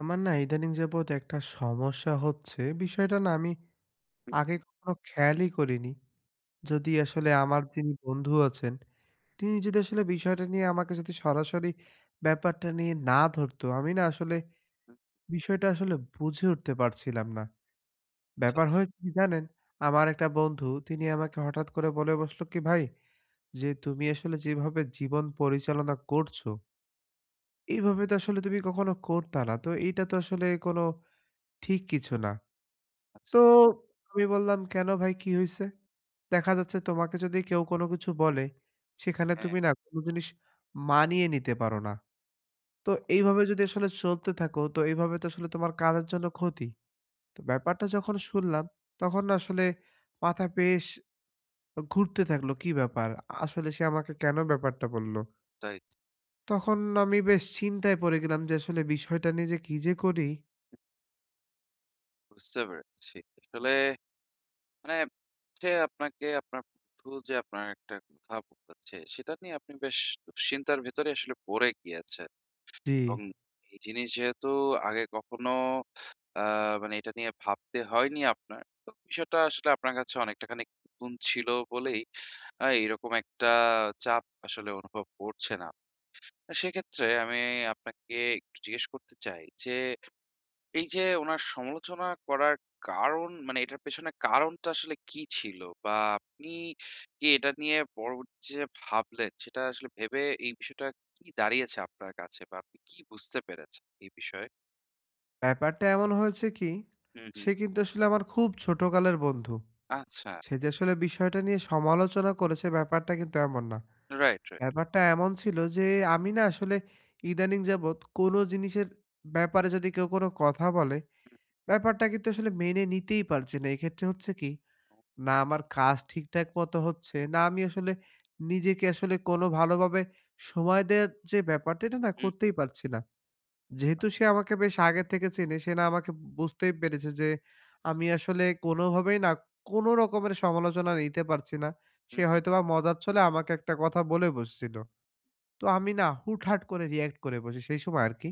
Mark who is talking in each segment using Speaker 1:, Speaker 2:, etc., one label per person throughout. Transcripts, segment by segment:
Speaker 1: আমার না ইদানিং যাবৎ একটা সমস্যা হচ্ছে। বিষয়টা না আমি
Speaker 2: হুম,
Speaker 1: আগে কখনো খেয়ালই করিনি। যদি আসলে আমার যিনি বন্ধু আছেন, তিনি যদি আসলে বিষয়টা নিয়ে আমাকে যদি সরাসরি ব্যাপারটা নিয়ে না ধরতো, আমি না আসলে
Speaker 2: হুম।
Speaker 1: বিষয়টা আসলে বুঝে উঠতে পারছিলাম না।
Speaker 2: আচ্ছা,
Speaker 1: ব্যাপার হয়েছে কি জানেন? আমার একটা বন্ধু তিনি আমাকে হঠাৎ করে বলে বসলো কি, "ভাই যে তুমি আসলে যেভাবে জীবন পরিচালনা করছো, এইভাবে তো আসলে তুমি কখনো করতা না। তো এইটা তো আসলে কোনো ঠিক কিছু না।"
Speaker 2: আচ্ছা,
Speaker 1: তো
Speaker 2: আচ্ছা।
Speaker 1: আমি বললাম, "কেন ভাই কি হইছে?" দেখা যাচ্ছে তোমাকে যদি কেউ কোনো কিছু বলে, সেখানে
Speaker 2: হ্যাঁ,
Speaker 1: তুমি না কোনো জিনিস মানিয়ে নিতে পারো না। তো এইভাবে যদি আসলে চলতে থাকো, তো এইভাবে তো আসলে তোমার কাজের জন্য ক্ষতি। তো ব্যাপারটা যখন শুনলাম, তখন না আসলে মাথা বেশ ঘুরতে থাকলো, "কি ব্যাপার? আসলে সে আমাকে কেন ব্যাপারটা বলল?"
Speaker 2: তাই তো।
Speaker 1: তখন আমি বেশ চিন্তায় পড়ে গেলাম যে আসলে বিষয়টা নিয়ে যে কি যে করি?
Speaker 2: বুঝতে পেরেছি। আসলে মানে, যে আপনাকে আপনার বন্ধু যে আপনার একটা কথা বলেছে, সেটা নিয়ে আপনি বেশ দুশ্চিন্তার ভেতরে আসলে পড়ে গিয়েছেন,
Speaker 1: জি।
Speaker 2: এবং এই জিনিস যেহেতু আগে কখনো আ মানে এটা নিয়ে ভাবতে হয়নি আপনার, তো বিষয়টা আসলে আপনার কাছে অনেকটা খানিক নতুন ছিল বলেই এরকম একটা চাপ আসলে অনুভব করছেন। সেক্ষেত্রে আমি আপনাকে একটু জিজ্ঞেস করতে চাই যে, এই যে উনার সমালোচনা করার কারণ, মানে এটার পেছনে কারণটা আসলে কি ছিল? বা আপনি কি এটা নিয়ে পরবর্তীতে যে ভাবলেন, সেটা আসলে ভেবে এই বিষয়টা কি দাঁড়িয়েছে আপনার কাছে? বা আপনি কি বুঝতে পেরেছেন এই বিষয়ে?
Speaker 1: ব্যাপারটা এমন হয়েছে কি,
Speaker 2: হুম, হুম।
Speaker 1: সে কিন্তু আসলে আমার খুব ছোটকালের বন্ধু।
Speaker 2: আচ্ছা।
Speaker 1: সে যে আসলে বিষয়টা নিয়ে সমালোচনা করেছে ব্যাপারটা কিন্তু এমন না।
Speaker 2: Right, right.
Speaker 1: ব্যাপারটা এমন ছিল যে আমি না আসলে ইদানিং যাবৎ কোনো জিনিসের ব্যাপারে যদি কেউ কোনো কথা বলে,
Speaker 2: হুম,
Speaker 1: ব্যাপারটা কিন্তু আসলে মেনে নিতেই পারছি না। এক্ষেত্রে হচ্ছে কি, না আমার কাজ ঠিকঠাক মতো হচ্ছে, না আমি আসলে নিজেকে আসলে কোনো ভালোভাবে সময় দেয়ার যে ব্যাপারটা এটা না
Speaker 2: হুম,
Speaker 1: করতেই পারছি না। যেহেতু সে আমাকে বেশ আগে থেকে চেনে, সে না আমাকে বুঝতেই পেরেছে যে আমি আসলে কোনোভাবেই না কোনো রকমের সমালোচনা নিতে পারছি না। সে
Speaker 2: হুম, হুম।
Speaker 1: হয়তোবা মজার ছলে আমাকে একটা কথা বলে বসছিল। তো আমি না হুটহাট করে রিঅ্যাক্ট করে বসি সেই সময় আরকি।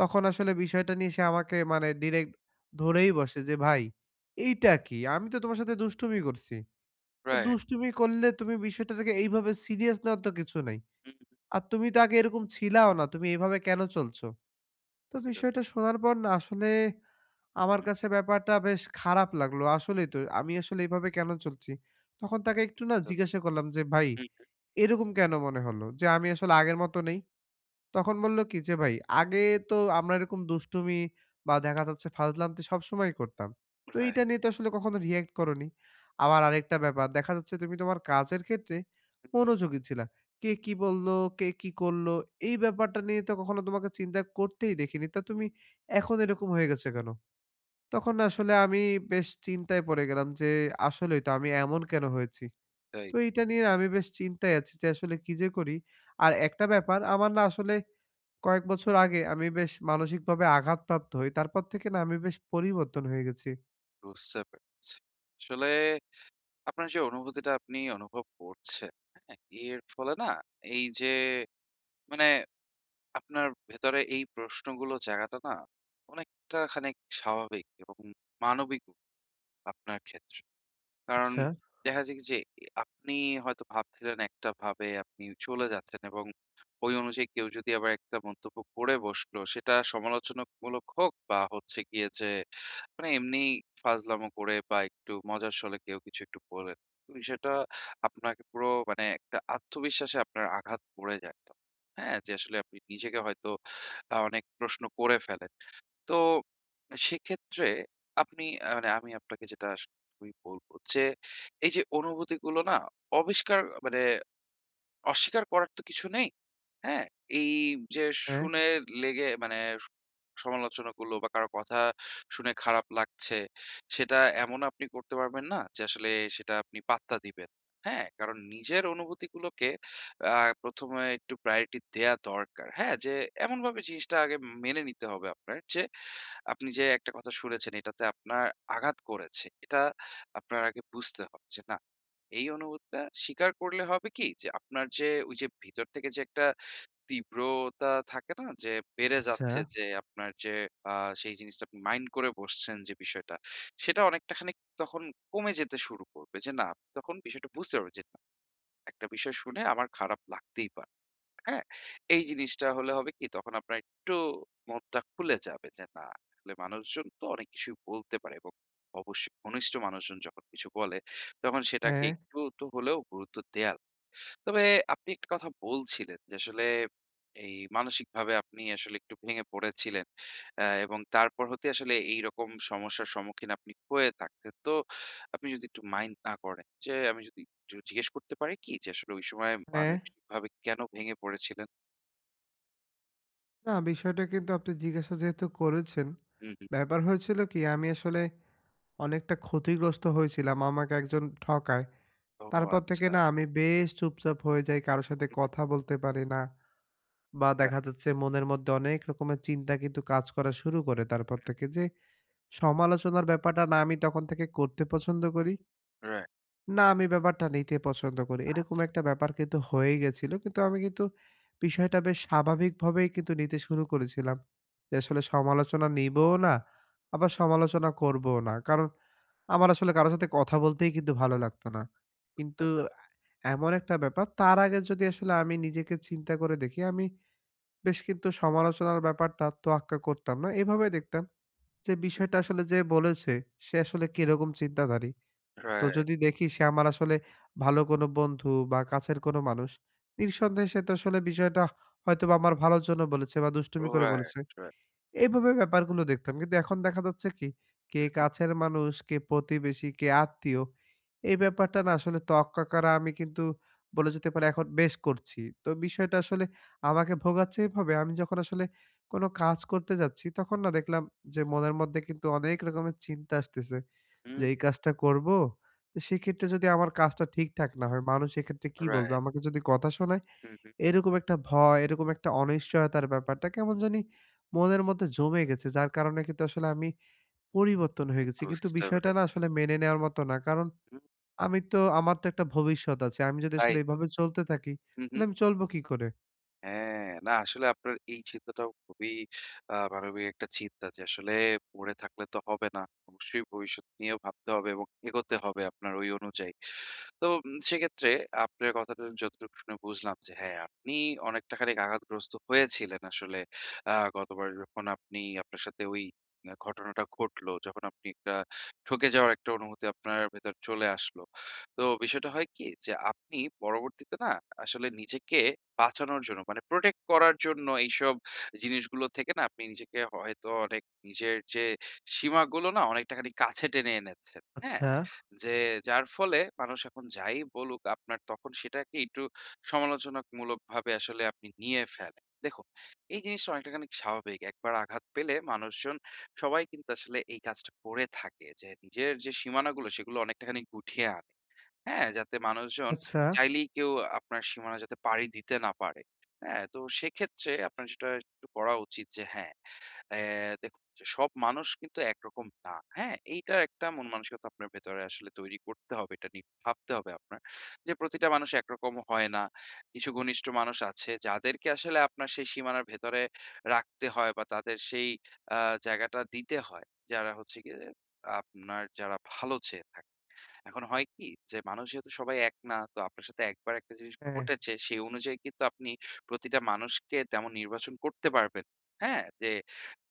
Speaker 1: তখন আসলে বিষয়টা নিয়ে সে আমাকে মানে ডিরেক্ট ধরেই বসে যে, "ভাই এইটা কি? আমি তো তোমার সাথে দুষ্টুমি করছি। তো
Speaker 2: রাইট।
Speaker 1: দুষ্টুমি করলে তুমি বিষয়টাকে এইভাবে সিরিয়াস নেওয়ার তো কিছু নাই।
Speaker 2: হুম, হুম।
Speaker 1: আর তুমি তো আগে এরকম ছিলাও না। তুমি এভাবে কেন চলছো?" তো
Speaker 2: বুঝতে
Speaker 1: বিষয়টা শোনার পর না আসলে আমার
Speaker 2: হুম,
Speaker 1: কাছে ব্যাপারটা বেশ খারাপ লাগলো। আসলেই তো আমি আসলে এভাবে কেন চলছি? তখন তাকে একটু না
Speaker 2: বুঝতে
Speaker 1: জিজ্ঞাসা করলাম যে, "ভাই
Speaker 2: হুম,
Speaker 1: এরকম কেন মনে হলো যে আমি আসলে আগের মতো নেই?" তখন বললো কি যে, "ভাই আগে তো আমরা এরকম দুষ্টুমি বা দেখা যাচ্ছে ফাজলামতি সবসময়ই করতাম। তো এইটা
Speaker 2: রাইট।
Speaker 1: নিয়ে তো আসলে কখনো react করোনি।" আবার আরেকটা ব্যাপার দেখা যাচ্ছে তুমি তোমার কাজের ক্ষেত্রে
Speaker 2: হুম, হুম।
Speaker 1: মনোযোগী ছিলা। কে কি বললো, কে কি করলো এই ব্যাপারটা নিয়ে তো কখনো তোমাকে চিন্তা করতেই দেখিনি। তা তুমি এখন এরকম হয়ে গেছে কেন? তখন না আসলে আমি বেশ চিন্তায় পড়ে গেলাম যে, আসলেই তো আমি এমন কেন হয়েছি?
Speaker 2: তাই।
Speaker 1: তো এইটা নিয়ে আমি বেশ চিন্তায় আছি যে আসলে কি যে করি? আর একটা ব্যাপার আমার না আসলে কয়েক বছর আগে আমি বেশ মানসিকভাবে আঘাতপ্রাপ্ত হই। তারপর থেকে না আমি বেশ পরিবর্তন হয়ে গেছি।
Speaker 2: বুঝতে পেরেছি। আসলে আপনার যে অনুভূতিটা আপনি অনুভব করছেন, হ্যাঁ? এর ফলে না, এই যে, মানে আপনার ভেতরে এই প্রশ্নগুলো জাগাটা না অনেকটা খানিক স্বাভাবিক এবং মানবিক আপনার ক্ষেত্রে। কারণ
Speaker 1: আচ্ছা,
Speaker 2: দেখা যায় যে আপনি হয়তো ভাবছিলেন একটা ভাবে আপনি চলে যাচ্ছেন, এবং ওই অনুযায়ী কেউ যদি আবার একটা মন্তব্য করে বসলো, সেটা সমালোচনামূলক হোক, বা হচ্ছে গিয়ে যে মানে এমনি ফাজলামো করে বা একটু মজার ছলে কেউ কিছু একটু বললেন। তো বিষয়টা আপনাকে পুরো মানে একটা আত্মবিশ্বাসে আপনার আঘাত পড়ে যায় তো। হ্যাঁ? যে আসলে আপনি নিজেকে হয়তো অনেক প্রশ্ন করে ফেলেন। তো সেক্ষেত্রে আপনি মানে আমি আপনাকে যেটা আমি বলব যে, এই যে অনুভূতিগুলো না আবিষ্কার মানে অস্বীকার করার তো কিছু নেই। হ্যাঁ, এই যে
Speaker 1: হ্যাঁ।
Speaker 2: শুনে লেগে মানে সমালোচনাগুলো বা কারো কথা শুনে খারাপ লাগছে, সেটা এমন আপনি করতে পারবেন না যে আসলে সেটা আপনি পাত্তা দিবেন। হ্যাঁ? কারণ নিজের অনুভূতিগুলোকে আ ১ম এ একটু প্রায়োরিটি দেয়া দরকার। হ্যাঁ? যে এমনভাবে জিনিসটা আগে মেনে নিতে হবে আপনার যে, আপনি যে একটা কথা শুনেছেন এটাতে আপনার আঘাত করেছে। এটা আপনার আগে বুঝতে হবে যে না, এই অনুভূতিটা স্বীকার করলে হবে কি যে আপনার যে ওই যে ভিতর থেকে যে একটা তীব্রতা থাকে না? যে বেড়ে
Speaker 1: আচ্ছা।
Speaker 2: যাচ্ছে যে আপনার যে আ সেই জিনিসটা আপনি মাইন্ড করে বসছেন যে বিষয়টা, সেটা অনেকটা খানিক তখন কমে যেতে শুরু করবে। যে না, আপনি তখন বিষয়টা বুঝতে পারবে যে না, একটা বিষয় শুনে আমার খারাপ লাগতেই পারে। হ্যাঁ? এই জিনিসটা হলে হবে কি তখন আপনার একটু মনটা খুলে যাবে যে না, আসলে মানুষজন তো অনেক কিছুই বলতে পারে, এবং অবশ্যই ঘনিষ্ঠ মানুষজন যখন কিছু বলে তখন সেটাকে
Speaker 1: হ্যাঁ,
Speaker 2: একটু তো হলেও গুরুত্ব দেয়া। তবে আপনি একটা কথা বলছিলেন যে আসলে এই মানসিকভাবে আপনি আসলে একটু ভেঙে পড়েছিলেন। এবং তারপর হতে আসলে এইরকম সমস্যার সম্মুখীন আপনি হয়ে থাকতেন। তো আপনি যদি একটু মাইন্ড না করেন, যে আমি যদি একটু জিজ্ঞেস করতে পারি কি, যে আসলে ওই সময়
Speaker 1: হ্যাঁ।
Speaker 2: মানসিকভাবে কেন ভেঙে পড়েছিলেন?
Speaker 1: না বিষয়টা কিন্তু আপনি জিজ্ঞাসা যেহেতু করেছেন,
Speaker 2: হুম, হুম।
Speaker 1: ব্যাপার হয়েছিল কি আমি আসলে অনেকটা ক্ষতিগ্রস্ত হয়েছিলাম আমাকে একজন ঠকায়।
Speaker 2: ও
Speaker 1: তারপর থেকে
Speaker 2: আচ্ছা।
Speaker 1: না আমি বেশ চুপচাপ হয়ে যাই, কারো সাথে
Speaker 2: হুম,
Speaker 1: কথা
Speaker 2: হুম।
Speaker 1: বলতে পারি না। বা দেখা
Speaker 2: রাইট,
Speaker 1: যাচ্ছে মনের মধ্যে অনেক রকমের চিন্তা কিন্তু কাজ করা শুরু করে তারপর থেকে যে সমালোচনার ব্যাপারটা না আমি তখন থেকে করতে পছন্দ করি।
Speaker 2: রাইট।
Speaker 1: না, আমি ব্যাপারটা নিতে পছন্দ করি। এরকম একটা ব্যাপার কিন্তু হয়ে গেছিল। কিন্তু আমি কিন্তু বিষয়টা বেশ স্বাভাবিকভাবেই কিন্তু নিতে শুরু করেছিলাম। যে আসলে সমালোচনা নিবও না, আবার সমালোচনা করবও না। কারণ আমার আসলে কারো সাথে কথা বলতেই কিন্তু ভালো লাগতো না।
Speaker 2: বুঝতে
Speaker 1: কিন্তু এমন একটা ব্যাপার, তার আগে যদি আসলে আমি নিজেকে চিন্তা করে দেখি, আমি বেশ কিন্তু সমালোচনার ব্যাপারটা তোয়াক্কা করতাম না। এভাবে দেখতাম যে
Speaker 2: হুম,
Speaker 1: বিষয়টা আসলে যে বলেছে, সে আসলে কিরকম চিন্তাধারী। তো
Speaker 2: রাইট,
Speaker 1: যদি দেখি সে আমার আসলে ভালো কোনো বন্ধু বা কাছের কোনো মানুষ, নিঃসন্দেহে সে তো আসলে বিষয়টা হয়তোবা আমার ভালোর জন্য বলেছে বা দুষ্টুমি করে বলেছে।
Speaker 2: Right, right.
Speaker 1: এইভাবে ব্যাপারগুলো দেখতাম। কিন্তু এখন দেখা যাচ্ছে কি, কে
Speaker 2: হুম, হুম,
Speaker 1: কাছের মানুষ, কে প্রতিবেশী, কে আত্মীয়, এই ব্যাপারটা না আসলে তোয়াক্কা করা আমি কিন্তু বলা যেতে পারে এখন বেশ করছি। তো বিষয়টা আসলে আমাকে ভোগাচ্ছে এভাবে, আমি যখন আসলে কোনো কাজ করতে যাচ্ছি, তখন না দেখলাম যে মনের মধ্যে কিন্তু অনেক রকমের চিন্তা আসতেছে। যে
Speaker 2: হুম।
Speaker 1: এই কাজটা করবো। তো সেক্ষেত্রে যদি আমার কাজটা ঠিকঠাক না হয়, মানুষ এক্ষেত্রে কি বলবে?
Speaker 2: রাইট।
Speaker 1: আমাকে যদি কথা শোনায়,
Speaker 2: হুম, হুম।
Speaker 1: এরকম একটা ভয়, এরকম একটা অনিশ্চয়তার ব্যাপারটা কেমন জানি মনের মধ্যে জমে গেছে। যার কারণে কিন্তু আসলে আমি পরিবর্তন হয়ে গেছি। কিন্তু
Speaker 2: বুঝতে
Speaker 1: বিষয়টা না
Speaker 2: পেরেছি।
Speaker 1: আসলে মেনে নেওয়ার মতো না। কারণ
Speaker 2: হুম,
Speaker 1: আমি তো আমার তো একটা ভবিষ্যৎ আছে। আমি যদি
Speaker 2: তাই
Speaker 1: আসলে
Speaker 2: তো।
Speaker 1: এভাবে চলতে থাকি,
Speaker 2: হুম,
Speaker 1: তাহলে
Speaker 2: হুম।
Speaker 1: আমি চলবো কি করে?
Speaker 2: হ্যাঁ, না আসলে আপনার এই চিন্তাটাও খুবই মানবিক একটা চিন্তা, যে আসলে পড়ে থাকলে তো হবে না। অবশ্যই ভবিষ্যৎ নিয়েও ভাবতে হবে এবং এগোতে হবে আপনার ওই অনুযায়ী। তো সেক্ষেত্রে আপনার কথাটা যতটুকু শুনে বুঝলাম যে, হ্যাঁ, আপনি অনেকটা খানিক আঘাতগ্রস্ত হয়েছিলেন আসলে গতবার যখন আপনি আপনার সাথে ওই ঘটনাটা ঘটলো, যখন আপনি একটা ঠকে যাওয়ার একটা অনুভূতি আপনার ভেতর চলে আসলো। তো বিষয়টা হয় কি যে আপনি পরবর্তীতে না আসলে নিজেকে বাঁচানোর জন্য মানে প্রোটেক্ট করার জন্য এইসব জিনিসগুলো থেকে না আপনি নিজেকে হয়তো অনেক নিজের যে সীমাগুলো না অনেকটা খানি কাছে টেনে এনেছেন। হ্যাঁ?
Speaker 1: আচ্ছা,
Speaker 2: যে যার ফলে মানুষ এখন যাই বলুক আপনার তখন সেটাকে একটু সমালোচনামূলকভাবে আসলে আপনি নিয়ে ফেলেন। দেখুন, এই জিনিসটা অনেকটা খানি স্বাভাবিক। একবার আঘাত পেলে মানুষজন সবাই কিন্তু আসলে এই কাজটা করে থাকে, যে নিজের যে সীমানাগুলো সেগুলো অনেকটা খানি গুটিয়ে আনে। হ্যাঁ, যাতে মানুষজন
Speaker 1: আচ্ছা।
Speaker 2: চাইলেই কেউ আপনার সীমানা যাতে পাড়ি দিতে না পারে। হ্যাঁ? তো সেক্ষেত্রে আপনার যেটা একটু করা উচিত যে হ্যাঁ, দেখুন যে সব মানুষ কিন্তু একরকম না। হ্যাঁ? এইটার একটা মন মানসিকতা আপনার ভেতরে আসলে তৈরি করতে হবে। এটা নিয়ে ভাবতে হবে আপনার। যে প্রতিটা মানুষ একরকম হয় না। কিছু ঘনিষ্ঠ মানুষ আছে যাদেরকে আসলে আপনার সেই সীমানার ভেতরে রাখতে হয় বা তাদের সেই আ জায়গাটা দিতে হয়। যারা হচ্ছে গিয়ে আপনার যারা ভালো চেয়ে থাকে। এখন হয় কি যে মানুষ যেহেতু সবাই এক না, তো আপনার সাথে একবার একটা জিনিস
Speaker 1: হ্যাঁ,
Speaker 2: ঘটেছে সেই অনুযায়ী কিন্তু আপনি প্রতিটা মানুষকে তেমন নির্বাচন করতে পারবেন না। হ্যাঁ, যে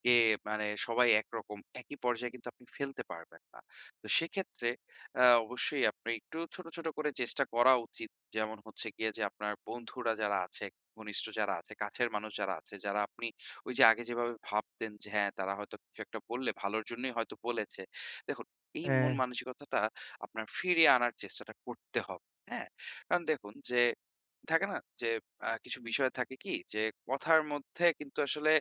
Speaker 2: কে, মানে সবাই একরকম একই পর্যায়ে কিন্তু আপনি ফেলতে পারবেন না। তো সেক্ষেত্রে অবশ্যই আপনি একটু ছোট ছোট করে চেষ্টা করা উচিত। যেমন হচ্ছে গিয়ে যে আপনার বন্ধুরা যারা আছে, ঘনিষ্ঠ যারা আছে, কাছের মানুষ যারা আছে, যারা আপনি ওই যে আগে যেভাবে ভাবতেন যে হ্যাঁ, তারা হয়তো কিছু একটা বললে ভালোর জন্যই হয়তো বলেছে। দেখুন, এই
Speaker 1: হ্যাঁ,
Speaker 2: মন মানসিকতাটা আপনার ফিরিয়ে আনার চেষ্টাটা করতে হবে। হ্যাঁ? কারণ দেখুন যে থাকে না? যে কিছু বিষয় থাকে কি? যে কথার মধ্যে কিন্তু আসলে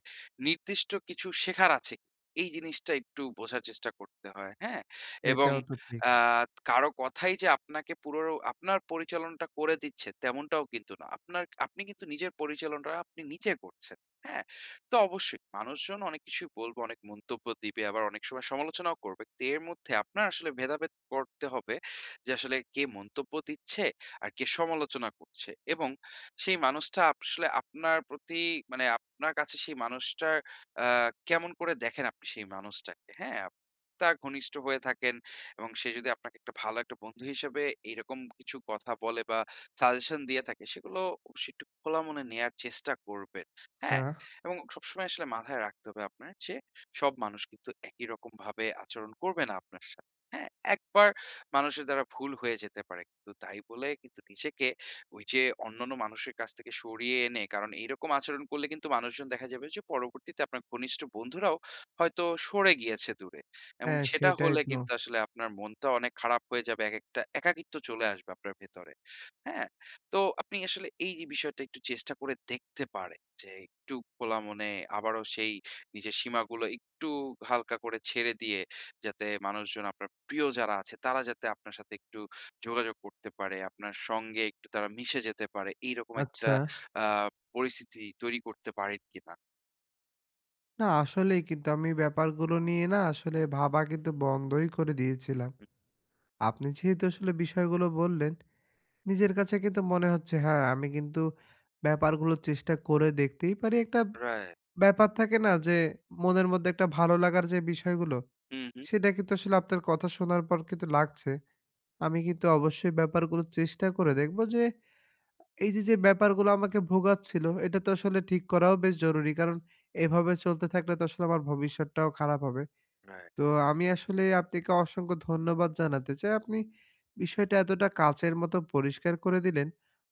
Speaker 2: নির্দিষ্ট কিছু শেখার আছে। কি, এই জিনিসটা একটু বোঝার চেষ্টা করতে হয়। হ্যাঁ? এবং
Speaker 1: সেটাও তো ঠিক।
Speaker 2: আ কারো কথাই যে আপনাকে পুরো আপনার পরিচালনটা করে দিচ্ছে তেমনটাও কিন্তু না। আপনার আপনি কিন্তু নিজের পরিচালনটা আপনি নিজে করছেন। হ্যাঁ? তো অবশ্যই মানুষজন অনেক কিছুই বলবে, অনেক মন্তব্য দিবে, আবার অনেক সময় সমালোচনাও করবে। তো এর মধ্যে আপনার আসলে ভেদাভেদ করতে হবে যে আসলে কে মন্তব্য দিচ্ছে আর কে সমালোচনা করছে, এবং সেই মানুষটা আসলে আপনার প্রতি, মানে আপনার কাছে সেই মানুষটা কেমন করে দেখেন আপনি সেই মানুষটাকে। হ্যাঁ, আপনি তার ঘনিষ্ঠ হয়ে থাকেন, এবং সে যদি আপনাকে একটা ভালো একটা বন্ধু হিসেবে এরকম কিছু কথা বলে বা সাজেশন দিয়ে থাকে, সেগুলো অবশ্যই একটু খোলা মনে নেয়ার চেষ্টা করবেন।
Speaker 1: আচ্ছা,
Speaker 2: হ্যাঁ, এবং সবসময় আসলে মাথায় রাখতে হবে আপনার যে সব মানুষ কিন্তু একই রকম ভাবে আচরণ করবে না আপনার সাথে। হ্যাঁ, একবার মানুষের দ্বারা ভুল হয়ে যেতে পারে। কিন্তু তাই বলে কিন্তু নিজেকে ওই যে অন্যান্য মানুষের কাছ থেকে সরিয়ে এনে, কারণ এইরকম আচরণ করলে কিন্তু মানুষজন দেখা যাবে যে পরবর্তীতে আপনার ঘনিষ্ঠ বন্ধুরাও হয়তো সরে গিয়েছে দূরে। এবং
Speaker 1: হ্যাঁ,
Speaker 2: সেটা
Speaker 1: সেটাই
Speaker 2: হলে
Speaker 1: তো।
Speaker 2: কিন্তু আসলে আপনার মনটা অনেক খারাপ হয়ে যাবে। একেকটা একাকিত্ব চলে আসবে আপনার ভেতরে। হ্যাঁ? তো আপনি আসলে এই যে বিষয়টা একটু চেষ্টা করে দেখতে পারেন, যে একটু খোলা মনে, আবারও সেই নিজের সীমাগুলো একটু হালকা করে ছেড়ে দিয়ে, যাতে মানুষজন আপনার প্রিয় যারা আছে তারা যাতে আপনার সাথে একটু যোগাযোগ করতে পারে, আপনার সঙ্গে একটু তারা মিশে যেতে পারে। এইরকম একটা
Speaker 1: আচ্ছা।
Speaker 2: আ পরিস্থিতি তৈরি করতে পারেন কিনা?
Speaker 1: না আসলেই কিন্তু আমি ব্যাপারগুলো নিয়ে না আসলে ভাবা কিন্তু বন্ধই করে দিয়েছিলাম।
Speaker 2: হুম,
Speaker 1: আপনি যেহেতু আসলে বিষয়গুলো বললেন, নিজের কাছে কিন্তু মনে হচ্ছে হ্যাঁ, আমি কিন্তু ব্যাপারগুলো চেষ্টা করে দেখতেই পারি। একটা
Speaker 2: রাইট।
Speaker 1: ব্যাপার থাকে না যে মনের মধ্যে একটা ভালো লাগার যে বিষয়গুলো,
Speaker 2: হুম, হুম,
Speaker 1: সেটা কিন্তু আসলে আপনার কথা শোনার পর কিন্তু লাগছে। আমি কিন্তু অবশ্যই ব্যাপারগুলো চেষ্টা করে দেখব যে এই যে, যে ব্যাপারগুলো আমাকে ভোগাচ্ছিল, এটা তো
Speaker 2: হুম,
Speaker 1: আসলে ঠিক করাও বেশ জরুরি। কারণ এভাবে চলতে থাকলে তো আসলে আমার ভবিষ্যৎটাও খারাপ হবে।
Speaker 2: রাইট।
Speaker 1: তো আমি আসলে আপনাকে অসংখ্য ধন্যবাদ জানাতে চাই। আপনি বিষয়টা এতটা কাচের মতো পরিষ্কার করে দিলেন।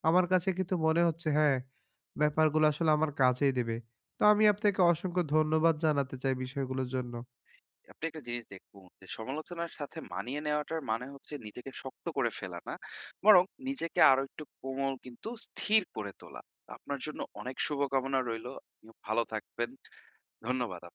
Speaker 1: আমার কাছে কিন্তু মনে হচ্ছে হ্যাঁ, ব্যাপারগুলো আসলে আমার কাছেই দেবে। তো আমি আপনাকে অসংখ্য ধন্যবাদ জানাতে চাই বিষয়গুলোর জন্য।
Speaker 2: আপনি একটা জিনিস দেখুন, যে সমালোচনার সাথে মানিয়ে নেওয়াটার মানে হচ্ছে নিজেকে শক্ত করে ফেলা না। বরং নিজেকে আরো একটু কোমল কিন্তু স্থির করে তোলা। আপনার জন্য অনেক শুভকামনা রইলো। আপনিও ভালো থাকবেন। ধন্যবাদ।